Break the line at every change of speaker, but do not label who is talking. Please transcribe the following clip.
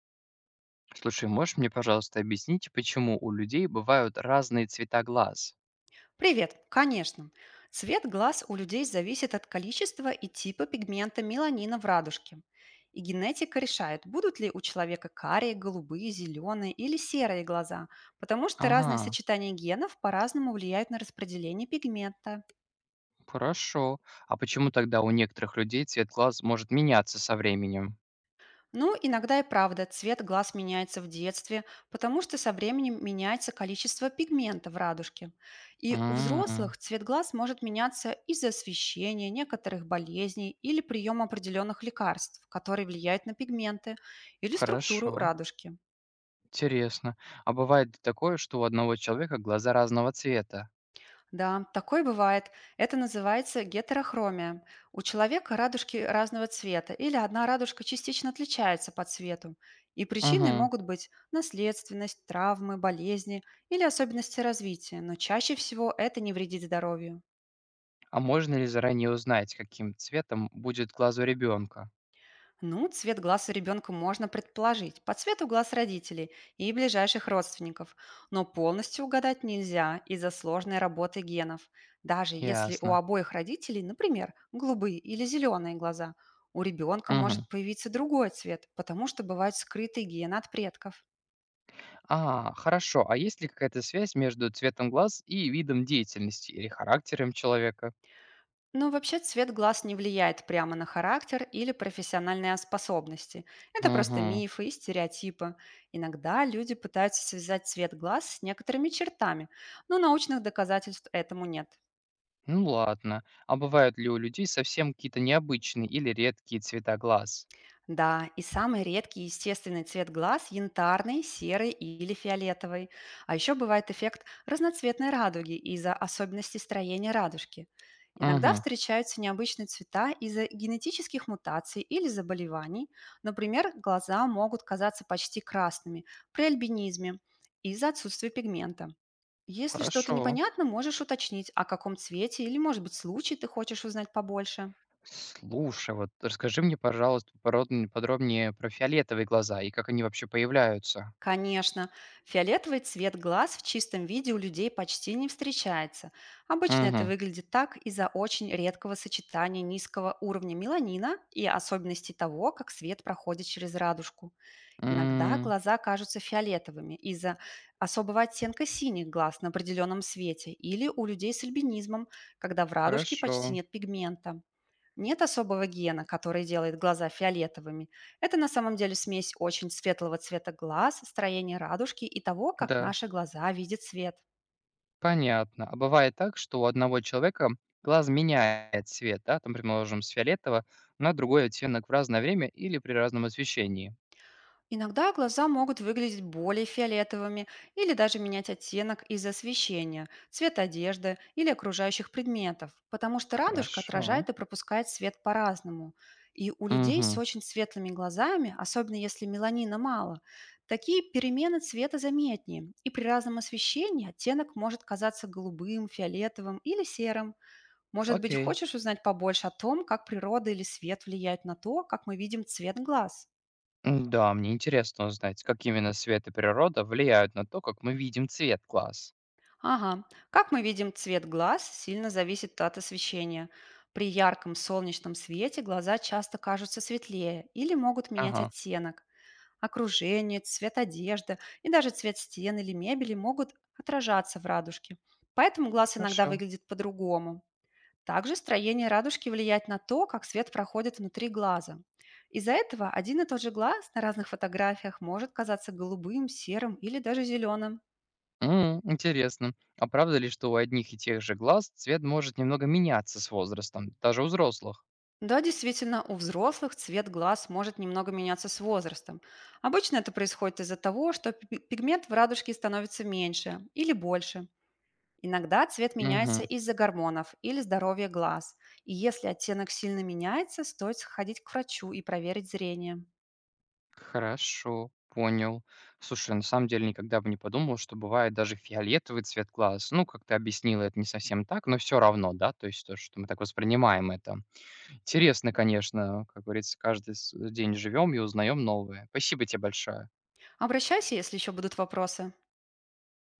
Слушай, можешь мне, пожалуйста, объяснить, почему у людей бывают разные цвета глаз?
Привет, конечно. Цвет глаз у людей зависит от количества и типа пигмента меланина в радужке. И генетика решает, будут ли у человека карие, голубые, зеленые или серые глаза, потому что разные
Ага,
сочетания генов по-разному влияют на распределение пигмента.
хорошо. А почему тогда у некоторых людей цвет глаз может меняться со временем?
Ну, иногда и правда цвет глаз меняется в детстве, потому что со временем меняется количество пигмента в радужке. И у
М,
взрослых цвет глаз может меняться из-за освещения, некоторых болезней или приема определенных лекарств, которые влияют на пигменты или структуру
хорошо,
радужки.
интересно. А бывает такое, что у одного человека глаза разного цвета?
Да, такое бывает. Это называется гетерохромия. У человека радужки разного цвета или одна радужка частично отличается по цвету. И причиной
Угу.
могут быть наследственность, травмы, болезни или особенности развития, но чаще всего это не вредит здоровью.
А можно ли заранее узнать, каким цветом будет глаз у ребенка?
Ну, цвет глаз у ребенка можно предположить по цвету глаз родителей и ближайших родственников, но полностью угадать нельзя из-за сложной работы генов. Даже если у
Ясно.
обоих родителей, например, голубые или зеленые глаза, у ребенка
Мгм.
может появиться другой цвет, потому что бывают скрытые гены от предков.
А, хорошо. А есть ли какая-то связь между цветом глаз и видом деятельности или характером человека?
Ну, вообще цвет глаз не влияет прямо на характер или профессиональные способности. Это просто
Мгм.
мифы и стереотипы. Иногда люди пытаются связать цвет глаз с некоторыми чертами, но научных доказательств этому нет.
Ну ладно. А бывают ли у людей совсем какие-то необычные или редкие цвета глаз?
Да, и самый редкий естественный цвет глаз — янтарный, серый или фиолетовый. А еще бывает эффект разноцветной радуги из-за особенностей строения радужки. Иногда
Мгм.
встречаются необычные цвета из-за генетических мутаций или заболеваний. Например, глаза могут казаться почти красными при альбинизме из-за отсутствия пигмента. Если что-то
Хорошо.
непонятно, можешь уточнить, о каком цвете или, может быть, случае ты хочешь узнать побольше.
Слушай, вот расскажи мне, пожалуйста, подробнее про фиолетовые глаза и как они вообще появляются.
Конечно, фиолетовый цвет глаз в чистом виде у людей почти не встречается. Обычно это
Угу.
выглядит так из-за очень редкого сочетания низкого уровня меланина и особенностей того, как свет проходит через радужку. Иногда
М,
глаза кажутся фиолетовыми из-за особого оттенка синих глаз на определенном свете или у людей с альбинизмом, когда в радужке почти
хорошо.
нет пигмента. Нет особого гена, который делает глаза фиолетовыми. Это на самом деле смесь очень светлого цвета глаз, строения радужки и того, как
Да,
наши глаза видят свет.
понятно. А бывает так, что у одного человека глаз меняет цвет, да, там, предположим, с фиолетового на другой оттенок в разное время или при разном освещении.
Иногда глаза могут выглядеть более фиолетовыми или даже менять оттенок из-за освещения, цвет одежды или окружающих предметов, потому что радужка
Хорошо.
отражает и пропускает свет по-разному. И у людей с
Угу.
очень светлыми глазами, особенно если меланина мало, такие перемены цвета заметнее, и при разном освещении оттенок может казаться голубым, фиолетовым или серым. Может быть,
Окей.
хочешь узнать побольше о том, как природа или свет влияет на то, как мы видим цвет глаз?
М-да, мне интересно узнать, как именно свет и природа влияют на то, как мы видим цвет глаз.
Ага. Как мы видим, цвет глаз сильно зависит от освещения. При ярком солнечном свете глаза часто кажутся светлее или могут менять
Ага,
оттенок. Окружение, цвет одежды и даже цвет стен или мебели могут отражаться в радужке. Поэтому глаз иногда
хорошо.
выглядит по-другому. Также строение радужки влияет на то, как свет проходит внутри глаза. Из-за этого один и тот же глаз на разных фотографиях может казаться голубым, серым или даже зеленым.
М, интересно. А правда ли, что у одних и тех же глаз цвет может немного меняться с возрастом, даже у взрослых?
Да, действительно, у взрослых цвет глаз может немного меняться с возрастом. Обычно это происходит из-за того, что пигмент в радужке становится меньше или больше. Иногда цвет меняется
Мгм.
из-за гормонов или здоровья глаз. И если оттенок сильно меняется, стоит сходить к врачу и проверить зрение.
Хорошо, понял. Слушай, на самом деле никогда бы не подумал, что бывает даже фиолетовый цвет глаз. Ну, как ты объяснила, это не совсем так, но все равно, да, то есть то, что мы так воспринимаем это. Интересно, конечно, как говорится, каждый с день живем и узнаем новое. Спасибо тебе большое.
Обращайся, если еще будут вопросы.